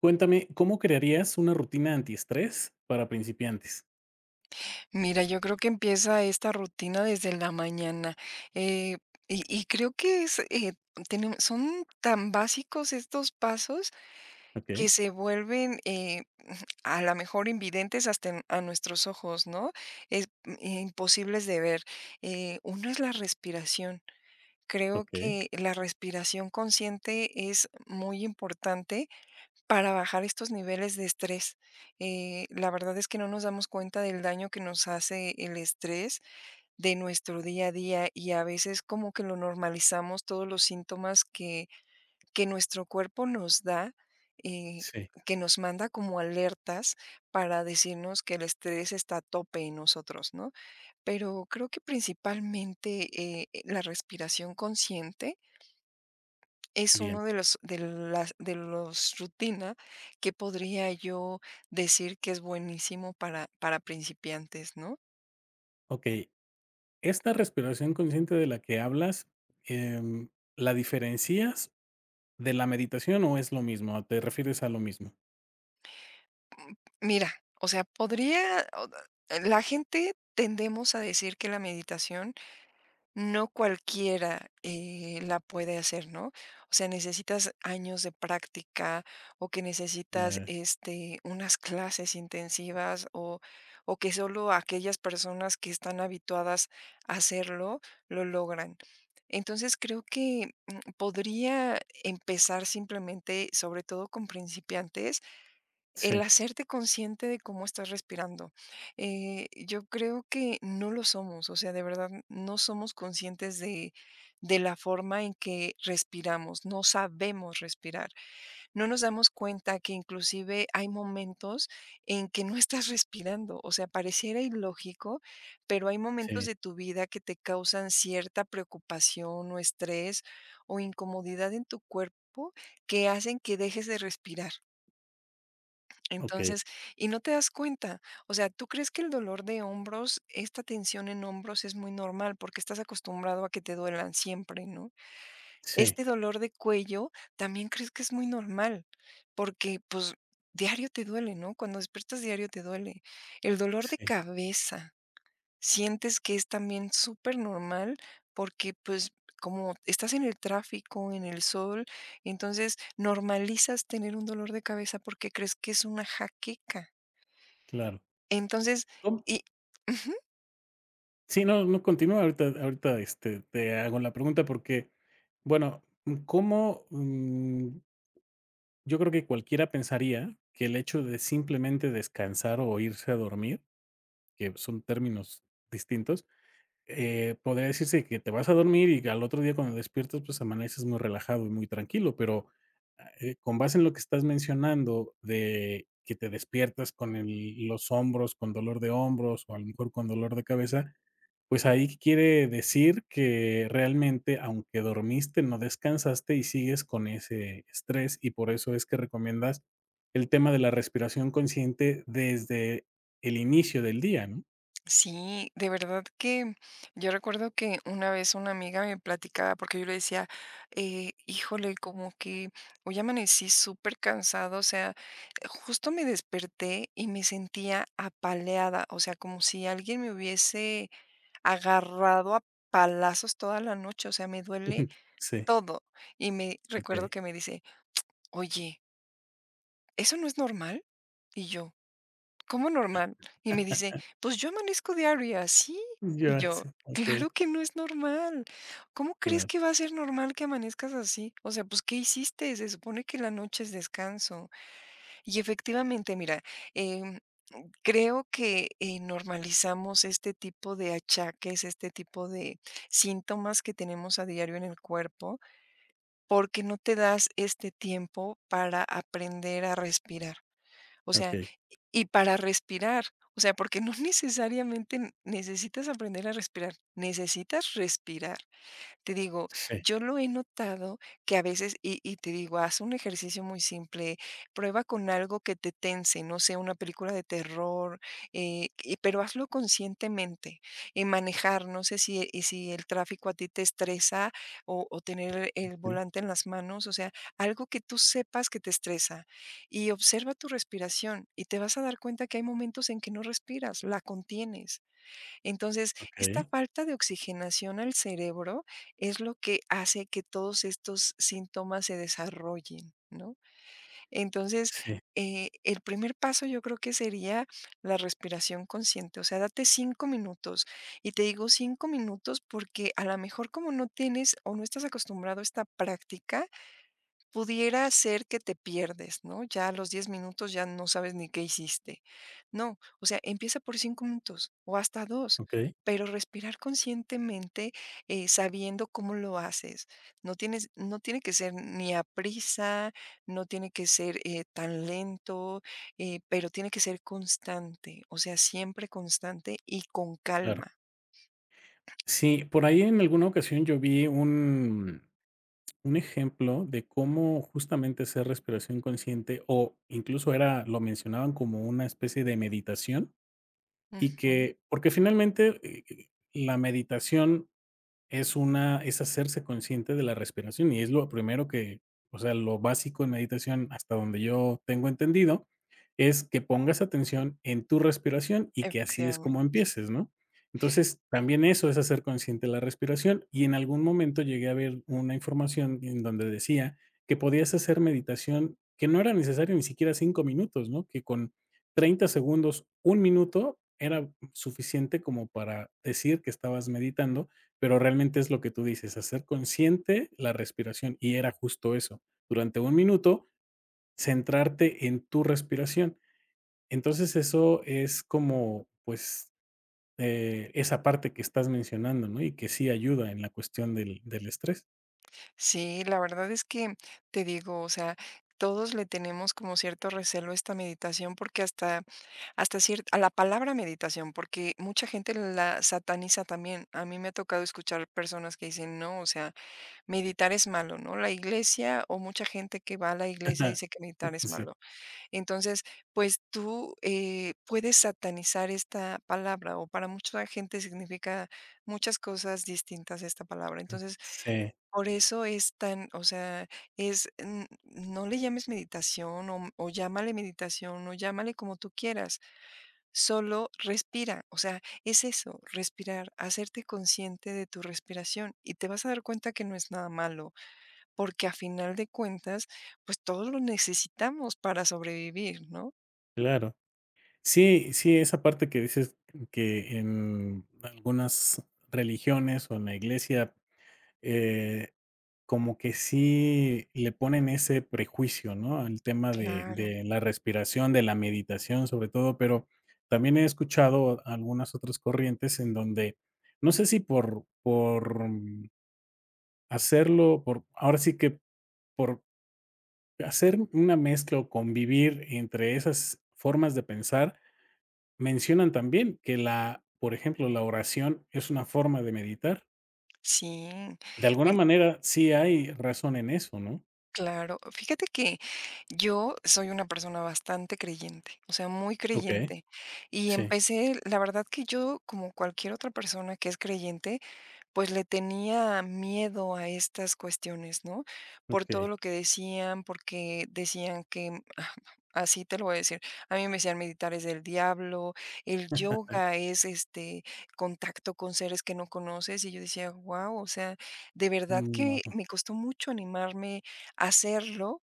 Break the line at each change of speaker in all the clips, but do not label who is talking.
Cuéntame, ¿cómo crearías una rutina antiestrés para principiantes?
Mira, yo creo que empieza esta rutina desde la mañana, eh, y creo que es, tenem son tan básicos estos pasos que
Okey,
se vuelven, a la mejor invidentes hasta en a nuestros ojos, ¿no? Es, imposibles de ver. Uno es la respiración. Creo
okey.
que la respiración consciente es muy importante para bajar estos niveles de estrés. La verdad es que no nos damos cuenta del daño que nos hace el estrés de nuestro día a día y a veces como que lo normalizamos todos los síntomas que nuestro cuerpo nos da, eh,
Sí,
que nos manda como alertas para decirnos que el estrés está a tope en nosotros, ¿no? Pero creo que principalmente la respiración consciente es
bien.
uno de los de las de los rutina que podría yo decir que es buenísimo para principiantes, ¿no?
Okey, esta respiración consciente de la que hablas, em, ¿la diferencias de la meditación o es lo mismo? ¿O te refieres a lo mismo?
Mm, mira, o sea, podría o la gente tendemos a decir que la meditación no cualquiera, la puede hacer, ¿no? O sea, necesitas años de práctica o que necesitas,
Eh,
este, unas clases intensivas o que solo aquellas personas que están habituadas a hacerlo lo logran. Entonces, creo que, podría empezar simplemente, sobre todo con principiantes, el
sí,
hacerte consciente de cómo estás respirando. Yo creo que no lo somos, o sea, de verdad no somos conscientes de la forma en que respiramos, no sabemos respirar, no nos damos cuenta que inclusive hay momentos en que no estás respirando, o sea, pareciera ilógico, pero hay momentos
sí,
de tu vida que te causan cierta preocupación o estrés o incomodidad en tu cuerpo que hacen que dejes de respirar.
okey,
Entonces, y no te das cuenta. O sea, tú crees que el dolor de hombros, esta tensión en hombros es muy normal porque estás acostumbrado a que te duelan siempre, ¿no?
sí,
Este dolor de cuello también crees que es muy normal porque pues diario te duele, ¿no? Cuando despiertas diario te duele. El dolor de
sí,
cabeza, sientes que es también súper normal porque pues como estás en el tráfico, en el sol, entonces normalizas tener un dolor de cabeza porque crees que es una jaqueca.
claro.
Entonces,
¿Cómo?
y ujú,
Sí, no, no, continúa, ahorita ahorita, este, te hago la pregunta porque, bueno, ¿cómo? Mm? Yo creo que cualquiera pensaría que el hecho de simplemente descansar o irse a dormir, que son términos distintos, podría decirse que te vas a dormir y al otro día cuando despiertas, pues amaneces muy relajado y muy tranquilo, pero con base en lo que estás mencionando de que te despiertas con los hombros, con dolor de hombros o a lo mejor con dolor de cabeza, pues ahí quiere decir que realmente aunque dormiste, no descansaste y sigues con ese estrés y por eso es que recomiendas el tema de la respiración consciente desde el inicio del día, ¿no?
sí, de verdad que yo recuerdo que una vez una amiga me platicaba, porque yo le decía, híjole, como que hoy amanecí súper cansado, o sea, justo me desperté y me sentía apaleada, o sea, como si alguien me hubiese agarrado a palazos toda la noche, o sea, me duele
Sí,
todo. Y me recuerdo
ok.
que me dice, oye, ¿eso no es normal? Y yo. ¿Cómo normal? Y me dice: "Pues yo amanezco diario", y así. Y
Ya,
yo:
sí, okey,
"Claro que no es normal. ¿Cómo crees
claro,
que va a ser normal que amanezcas así? O sea, pues, ¿qué hiciste? Se supone que la noche es descanso". Y efectivamente, mira, em, creo que, normalizamos este tipo de achaques, este tipo de síntomas que tenemos a diario en el cuerpo, porque no te das este tiempo para aprender a respirar. O sea,
okey,
y para respirar, o sea, porque no necesariamente necesitas aprender a respirar, necesitas respirar. Te digo,
sí,
yo lo he notado que a veces, y te digo, haz un ejercicio muy simple, prueba con algo que te tense, no sé, una película de terror, y- pero hazlo conscientemente. Y manejar, no sé si, y si el tráfico a ti te estresa o tener el
sí,
volante en las manos, o sea, algo que tú sepas que te estresa. Y observa tu respiración y te vas a dar cuenta que hay momentos en que no respiras, la contienes. Entonces, esta
okey,
falta de oxigenación al cerebro es lo que hace que todos estos síntomas se desarrollen, ¿no? Entonces,
sí,
el primer paso yo creo que sería la respiración consciente, o sea, date cinco minutos. Y te digo cinco minutos porque a lo mejor como no tienes o no estás acostumbrado a esta práctica, pudiera ser que te pierdes, ¿no? Ya a los 10 minutos ya no sabes ni qué hiciste. No, o sea, empieza por 5 minutos o hasta dos,
okey,
pero respirar conscientemente, sabiendo cómo lo haces. No tiene que ser ni a prisa, no tiene que ser, tan lento, pero tiene que ser constante, o sea, siempre constante y con
claro.
calma.
Sí, por ahí en alguna ocasión yo vi un ejemplo de cómo justamente hacer respiración consciente, o incluso era lo mencionaban como una especie de meditación, y
Ujú,
que porque finalmente, la meditación es hacerse consciente de la respiración, y es lo primero que, o sea, lo básico en meditación, hasta donde yo tengo entendido, es que pongas atención en tu respiración y que así es como
efectivamente.
empieces, ¿no? Entonces, también eso es hacer consciente la respiración, y en algún momento llegué a ver una información en donde decía que podías hacer meditación, que no era necesario ni siquiera 5 minutos, ¿no? Que con 30 segundos, 1 minuto, era suficiente como para decir que estabas meditando, pero realmente es lo que tú dices, hacer consciente la respiración y era justo eso. Durante 1 minuto, centrarte en tu respiración. Entonces eso es como, pues, esa parte que estás mencionando, ¿no? Y que sí ayuda en la cuestión del, del estrés.
Sí, la verdad es que te digo, o sea, todos le tenemos como cierto recelo a esta meditación porque hasta hasta cier a la palabra meditación, porque mucha gente la sataniza también. A mí me ha tocado escuchar personas que dicen: "No, o sea, meditar es malo", ¿no? La iglesia o mucha gente que va a la iglesia dice que meditar es
Sí,
malo. Entonces, pues tú puedes satanizar esta palabra o para mucha gente significa muchas cosas distintas esta palabra. Entonces,
sí,
por eso es tan, o sea, es, no le llames meditación o llámale meditación o llámale como tú quieras, solo respira. O sea, es eso, respirar, hacerte consciente de tu respiración y te vas a dar cuenta que no es nada malo, porque a final de cuentas, pues todos lo necesitamos para sobrevivir, ¿no?
claro. Sí, sí, esa parte que dices que en algunas religiones o en la iglesia Eh, como que sí le ponen ese prejuicio, ¿no? Al tema
Claro,
de la respiración, de la meditación, sobre todo, pero también he escuchado algunas otras corrientes en donde, no sé si por hacerlo, por ahora sí que por hacer una mezcla o convivir entre esas formas de pensar, mencionan también que la, por ejemplo, la oración es una forma de meditar.
sí.
De alguna
Mira,
manera, sí hay razón en eso, ¿no?
claro, fíjate que yo soy una persona bastante creyente, o sea, muy
Okey.
creyente. Y
Sí,
empecé, la verdad que yo, como cualquier otra persona que es creyente, pues le tenía miedo a estas cuestiones, ¿no? Por todo
okey.
lo que decían, porque decían que, así te lo voy a decir, a mí me decían meditar es del diablo, el yoga es este contacto con seres que no conoces y yo decía, wow, o sea, de verdad
Mm,
que
ajá.
me costó mucho animarme a hacerlo,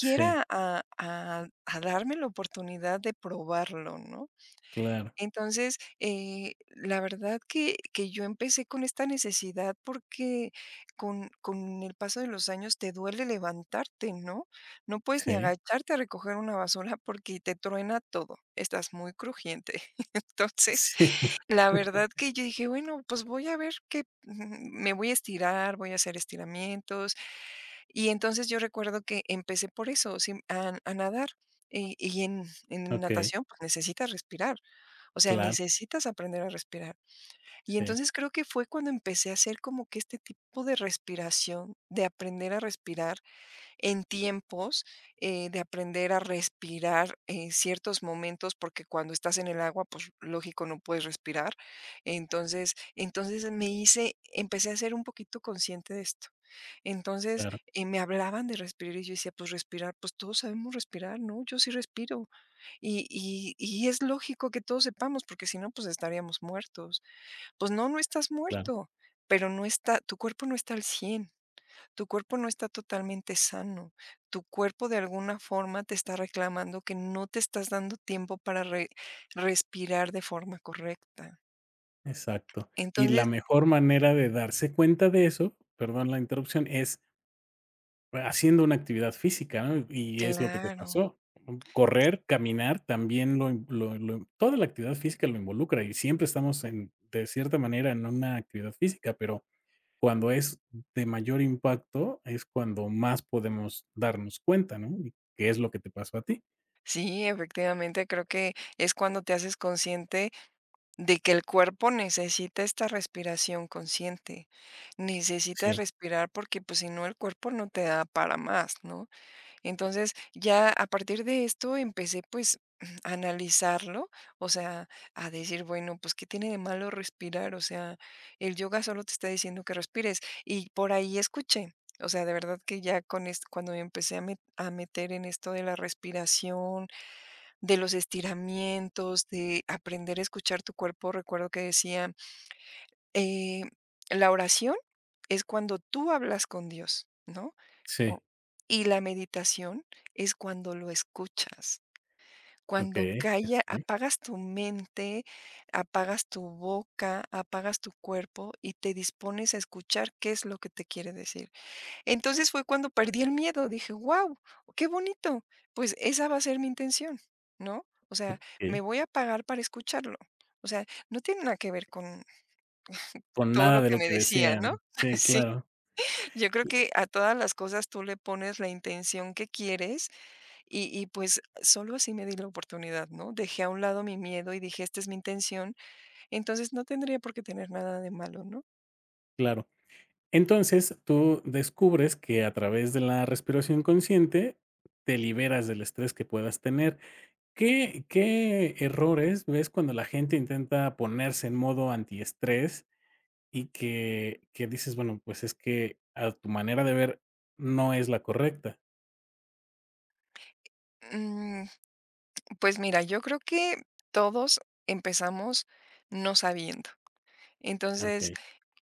Sí,
a, a darme la oportunidad de probarlo, ¿no?
claro.
Entonces, la verdad que yo empecé con esta necesidad porque con el paso de los años te duele levantarte, ¿no? No puedes ni
Sí,
agacharte a recoger una basura porque te truena todo, estás muy crujiente. Entonces,
sí,
la verdad que yo dije: "Bueno, pues voy a ver que me voy a estirar, voy a hacer estiramientos". Y entonces yo recuerdo que empecé por eso, sí, a nadar, y en
okey,
natación, pues, necesitas respirar. O sea,
claro.
necesitas aprender a respirar. Y
Sí,
entonces creo que fue cuando empecé a hacer como que este tipo de respiración, de aprender a respirar en tiempos, de aprender a respirar en ciertos momentos, porque cuando estás en el agua, pues lógico, no puedes respirar. Entonces, entonces me hice, empecé a ser un poquito consciente de esto. Entonces,
claro,
me hablaban de respirar y yo decía, pues respirar, pues todos sabemos respirar, ¿no? Yo sí respiro. Y es lógico que todos sepamos, porque si no, pues, estaríamos muertos. Pues no, no estás
claro.
muerto, pero no está tu cuerpo no está al 100 tu cuerpo no está totalmente sano. Tu cuerpo, de alguna forma, te está reclamando que no te estás dando tiempo para re respirar de forma correcta.
Exacto. Y la
Entonces
mejor manera de darse cuenta de eso, perdón la interrupción, es haciendo una actividad física, ¿no? Y es lo que te
claro.
pasó. Correr, caminar, también lo in lo lo toda la actividad física lo involucra y siempre estamos en de cierta manera en una actividad física, pero cuando es de mayor impacto, es cuando más podemos darnos cuenta, ¿no? Y qué es lo que te pasó a ti.
Sí, efectivamente, creo que es cuando te haces consciente de que el cuerpo necesita esta respiración consciente. Necesitas
Sí,
respirar porque, pues, si no, el cuerpo no te da para más, ¿no? Entonces, ya a partir de esto empecé, pues, a analizarlo, o sea, a decir, bueno, pues, ¿qué tiene de malo respirar? O sea, el yoga solo te está diciendo que respires. Y por ahí escuché, o sea, de verdad que ya con esto, cuando me empecé a, met- a meter en esto de la respiración, de los estiramientos, de aprender a escuchar tu cuerpo. Recuerdo que decía, eh, la oración es cuando tú hablas con Dios, ¿no? Cu-
sí,
y la meditación es cuando lo escuchas. Cuando
okey,
calla,
sí,
apagas tu mente, apagas tu boca, apagas tu cuerpo y te dispones a escuchar qué es lo que te quiere decir. Entonces fue cuando perdí el miedo, dije: ¡wow! qué bonito, pues esa va a ser mi intención", ¿no? O sea, me
okey.
voy a pagar para escucharlo. O sea, no tiene nada que ver con
Con
todo
nada
lo
de
que
lo
me
que
decía, ¿no?
decían. Sí,
Sí,
claro,
yo creo
y
que a todas las cosas tú le pones la intención que quieres y pues solo así me di la oportunidad, ¿no? Dejé a un lado mi miedo y dije: "Esta es mi intención", entonces no tendría por qué tener nada de malo, ¿no?
claro. Entonces, tú descubres que a través de la respiración consciente te liberas del estrés que puedas tener. ¿Qué errores ves cuando la gente intenta ponerse en modo antiestrés y que dices, bueno, pues es que a tu manera de ver no es la correcta?
Mm, pues mira, yo creo que todos empezamos no sabiendo. Entonces,
Okey,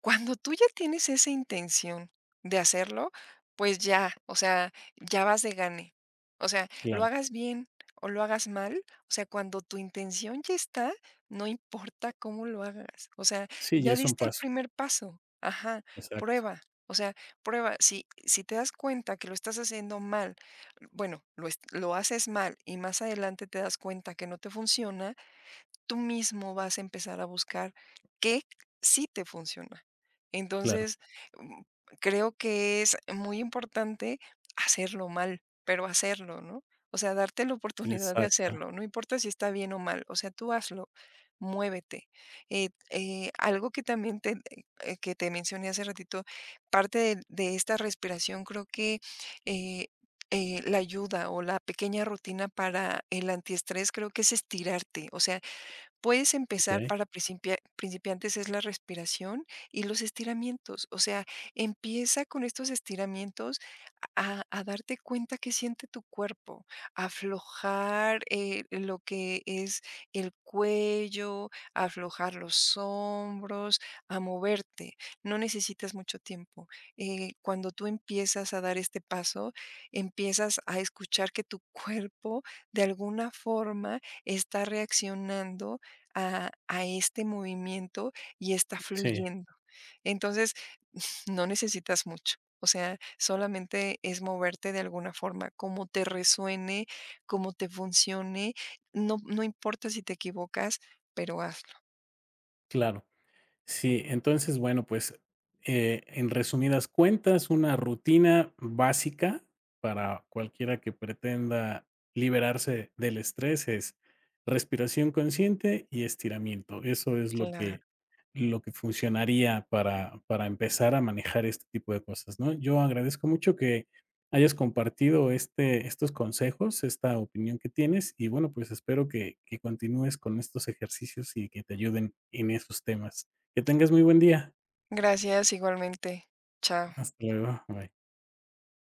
cuando tú ya tienes esa intención de hacerlo, pues ya, o sea, ya vas de gane. O sea, lo
claro.
hagas bien o lo hagas mal, o sea, cuando tu intención ya está, no importa cómo lo hagas. O sea,
Sí, ya
ya
es un
diste el
paso.
primer paso. Ajá,
Exacto,
prueba. O sea, prueba. Si, si te das cuenta que lo estás haciendo mal, bueno, lo, es- lo haces mal y más adelante te das cuenta que no te funciona, tú mismo vas a empezar a buscar qué sí te funciona.
claro.
Entonces, mm, creo que es muy importante hacerlo mal, pero hacerlo, ¿no? O sea, darte la oportunidad de
Exacto,
hacerlo, no importa si está bien o mal, o sea, tú hazlo, muévete. Algo que también te, que te mencioné hace ratito, parte de esta respiración creo que eh, la ayuda o la pequeña rutina para el antiestrés creo que es estirarte, o sea, puedes empezar
okey.
para principiantes es la respiración y los estiramientos. O sea, empieza con estos estiramientos a darte cuenta qué siente tu cuerpo, aflojar lo que es el cuello, aflojar los hombros, a moverte. No necesitas mucho tiempo. Cuando tú empiezas a dar este paso, empiezas a escuchar que tu cuerpo de alguna forma está reaccionando a este movimiento y está
Sí,
fluyendo. Entonces, no necesitas mucho. O sea, solamente es moverte de alguna forma, como te resuene, como te funcione, no, no importa si te equivocas, pero hazlo.
claro. Sí, entonces, bueno, pues, en resumidas cuentas, una rutina básica para cualquiera que pretenda liberarse del estrés es respiración consciente y estiramiento. Eso es lo
Claro.
que lo que funcionaría para empezar a manejar este tipo de cosas, ¿no? Yo agradezco mucho que hayas compartido estos consejos, esta opinión que tienes y, bueno, pues, espero que continúes con estos ejercicios y que te ayuden en esos temas. Que tengas muy buen día.
Gracias igualmente. Chao.
Hasta luego. Bye.